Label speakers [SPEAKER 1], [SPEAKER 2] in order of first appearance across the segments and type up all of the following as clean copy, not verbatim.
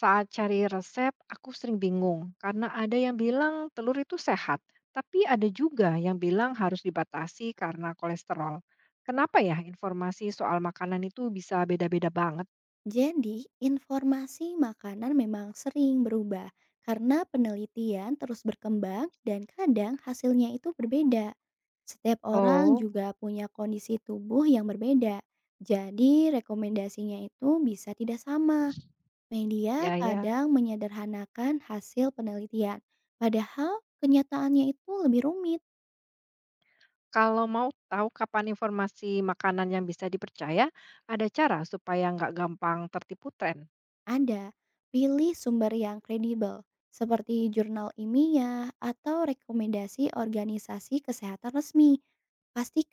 [SPEAKER 1] Saat cari resep, aku sering bingung karena ada yang bilang telur itu sehat, tapi ada juga yang bilang harus dibatasi karena kolesterol. Kenapa ya informasi soal makanan itu bisa beda-beda banget?
[SPEAKER 2] Jadi, informasi makanan memang sering berubah karena penelitian terus berkembang dan kadang hasilnya itu berbeda. Setiap orang
[SPEAKER 1] Oh,
[SPEAKER 2] juga punya kondisi tubuh yang berbeda, jadi rekomendasinya itu bisa tidak sama. Media
[SPEAKER 1] ya ya.
[SPEAKER 2] kadang menyederhanakan hasil penelitian, padahal kenyataannya itu lebih rumit.
[SPEAKER 1] Kalau mau tahu kapan informasi makanan yang bisa dipercaya, ada cara supaya nggak gampang tertipu tren.
[SPEAKER 2] Ada, pilih sumber yang kredibel seperti jurnal ilmiah atau rekomendasi organisasi kesehatan resmi.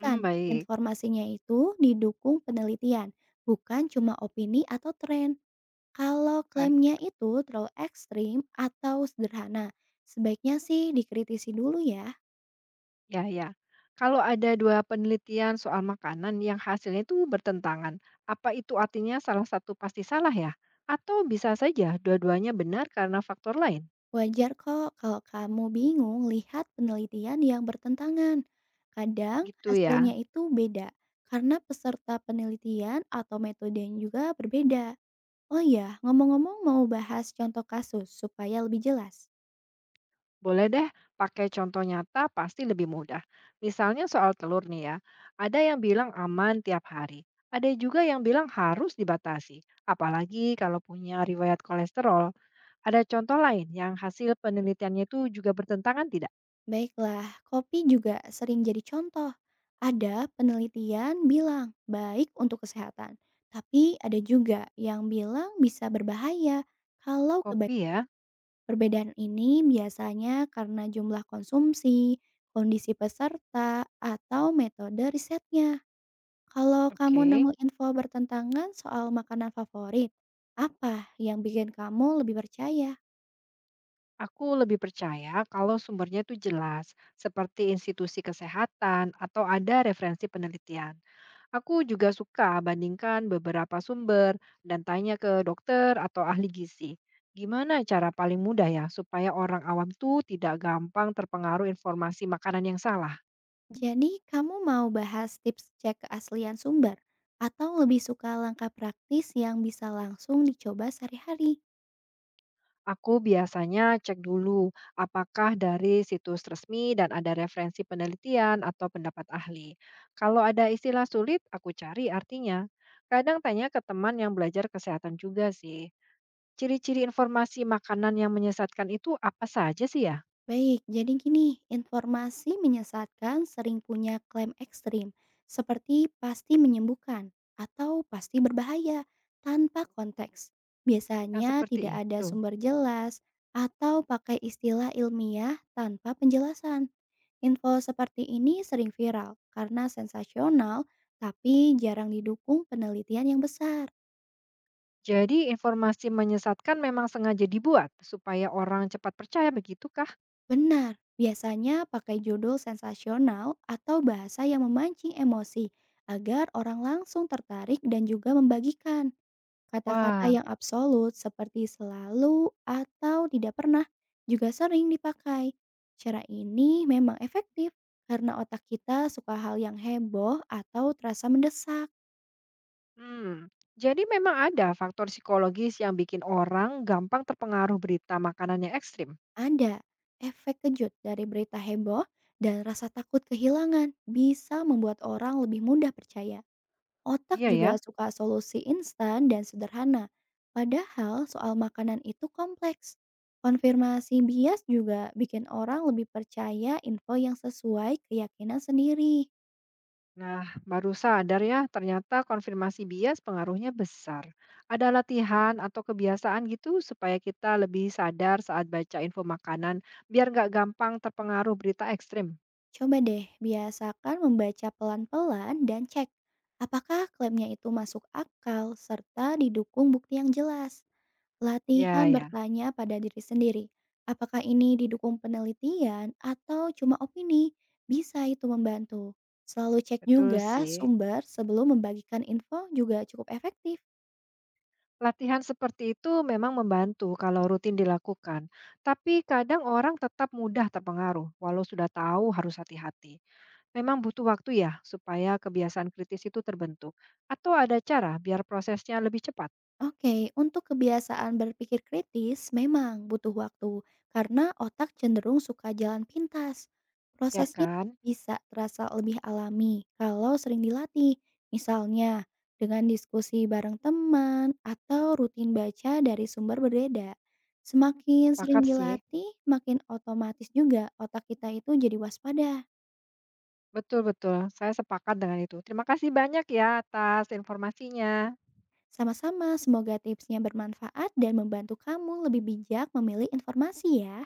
[SPEAKER 1] Hmm, baik.
[SPEAKER 2] informasinya itu didukung penelitian, bukan cuma opini atau tren. Kalau
[SPEAKER 1] Baik.
[SPEAKER 2] klaimnya itu terlalu ekstrim atau sederhana, sebaiknya sih dikritisi dulu ya.
[SPEAKER 1] Ya ya. Kalau ada dua penelitian soal makanan yang hasilnya itu bertentangan, apa itu artinya salah satu pasti salah ya? Atau bisa saja dua-duanya benar karena faktor lain?
[SPEAKER 2] Wajar kok kalau kamu bingung lihat penelitian yang bertentangan. Kadang
[SPEAKER 1] Gitu
[SPEAKER 2] hasilnya
[SPEAKER 1] ya.
[SPEAKER 2] itu beda karena peserta penelitian atau metodenya juga berbeda. Oh ya, ngomong-ngomong, mau bahas contoh kasus supaya lebih jelas.
[SPEAKER 1] Boleh deh, pakai contoh nyata pasti lebih mudah. Misalnya soal telur nih ya. Ada yang bilang aman tiap hari. Ada juga yang bilang harus dibatasi. Apalagi kalau punya riwayat kolesterol. Ada contoh lain yang hasil penelitiannya itu juga bertentangan tidak?
[SPEAKER 2] Baiklah, kopi juga sering jadi contoh. Ada penelitian bilang baik untuk kesehatan, tapi ada juga yang bilang bisa berbahaya kalau
[SPEAKER 1] Kopi
[SPEAKER 2] kebanyakan.
[SPEAKER 1] ya.
[SPEAKER 2] Perbedaan ini biasanya karena jumlah konsumsi, kondisi peserta, atau metode risetnya. Kalau kamu
[SPEAKER 1] Oke.
[SPEAKER 2] nemu info bertentangan soal makanan favorit, apa yang bikin kamu lebih percaya?
[SPEAKER 1] Aku lebih percaya kalau sumbernya itu jelas, seperti institusi kesehatan atau ada referensi penelitian. Aku juga suka bandingkan beberapa sumber dan tanya ke dokter atau ahli gizi. Gimana cara paling mudah ya supaya orang awam tuh tidak gampang terpengaruh informasi makanan yang salah?
[SPEAKER 2] Jadi, kamu mau bahas tips cek keaslian sumber atau lebih suka langkah praktis yang bisa langsung dicoba sehari-hari?
[SPEAKER 1] Aku biasanya cek dulu apakah dari situs resmi dan ada referensi penelitian atau pendapat ahli. Kalau ada istilah sulit, aku cari artinya. Kadang tanya ke teman yang belajar kesehatan juga sih. Ciri-ciri informasi makanan yang menyesatkan itu apa saja sih ya?
[SPEAKER 2] Baik, jadi gini, informasi menyesatkan sering punya klaim ekstrim, seperti pasti menyembuhkan atau pasti berbahaya tanpa konteks.
[SPEAKER 1] Yang
[SPEAKER 2] Biasanya
[SPEAKER 1] seperti
[SPEAKER 2] tidak ada
[SPEAKER 1] itu.
[SPEAKER 2] sumber jelas atau pakai istilah ilmiah tanpa penjelasan. Info seperti ini sering viral karena sensasional, tapi jarang didukung penelitian yang besar.
[SPEAKER 1] Jadi informasi menyesatkan memang sengaja dibuat supaya orang cepat percaya begitu kah?
[SPEAKER 2] Benar, biasanya pakai judul sensasional atau bahasa yang memancing emosi agar orang langsung tertarik dan juga membagikan. Kata-kata
[SPEAKER 1] Wah.
[SPEAKER 2] yang absolut seperti selalu atau tidak pernah juga sering dipakai. Cara ini memang efektif karena otak kita suka hal yang heboh atau terasa mendesak.
[SPEAKER 1] Hmm, jadi memang ada faktor psikologis yang bikin orang gampang terpengaruh berita makanan yang ekstrim.
[SPEAKER 2] Ada efek kejut dari berita heboh dan rasa takut kehilangan bisa membuat orang lebih mudah percaya. Otak
[SPEAKER 1] Iya
[SPEAKER 2] juga
[SPEAKER 1] ya.
[SPEAKER 2] suka solusi instan dan sederhana, padahal soal makanan itu kompleks. Konfirmasi bias juga bikin orang lebih percaya info yang sesuai keyakinan sendiri.
[SPEAKER 1] Nah, baru sadar ya, ternyata konfirmasi bias pengaruhnya besar. Ada latihan atau kebiasaan gitu supaya kita lebih sadar saat baca info makanan, biar nggak gampang terpengaruh berita ekstrim.
[SPEAKER 2] Coba deh, biasakan membaca pelan-pelan dan cek apakah klaimnya itu masuk akal serta didukung bukti yang jelas.
[SPEAKER 1] Ya
[SPEAKER 2] Latihan
[SPEAKER 1] ya,
[SPEAKER 2] bertanya pada diri sendiri, apakah ini didukung penelitian atau cuma opini? Bisa itu membantu. Selalu cek
[SPEAKER 1] betul
[SPEAKER 2] juga
[SPEAKER 1] sih.
[SPEAKER 2] sumber sebelum membagikan info juga cukup efektif.
[SPEAKER 1] Latihan seperti itu memang membantu kalau rutin dilakukan, tapi kadang orang tetap mudah terpengaruh, walau sudah tahu harus hati-hati. Memang butuh waktu ya supaya kebiasaan kritis itu terbentuk. Atau ada cara biar prosesnya lebih cepat,
[SPEAKER 2] Oke, untuk kebiasaan berpikir kritis memang butuh waktu karena otak cenderung suka jalan pintas.
[SPEAKER 1] ya
[SPEAKER 2] Prosesnya
[SPEAKER 1] kan?
[SPEAKER 2] bisa terasa lebih alami kalau sering dilatih, misalnya dengan diskusi bareng teman atau rutin baca dari sumber berbeda. Semakin sering
[SPEAKER 1] Sepakat sih.
[SPEAKER 2] dilatih, makin otomatis juga otak kita itu jadi waspada.
[SPEAKER 1] Betul-betul, saya sepakat dengan itu. Terima kasih banyak ya atas informasinya.
[SPEAKER 2] Sama-sama, semoga tipsnya bermanfaat dan membantu kamu lebih bijak memilih informasi ya.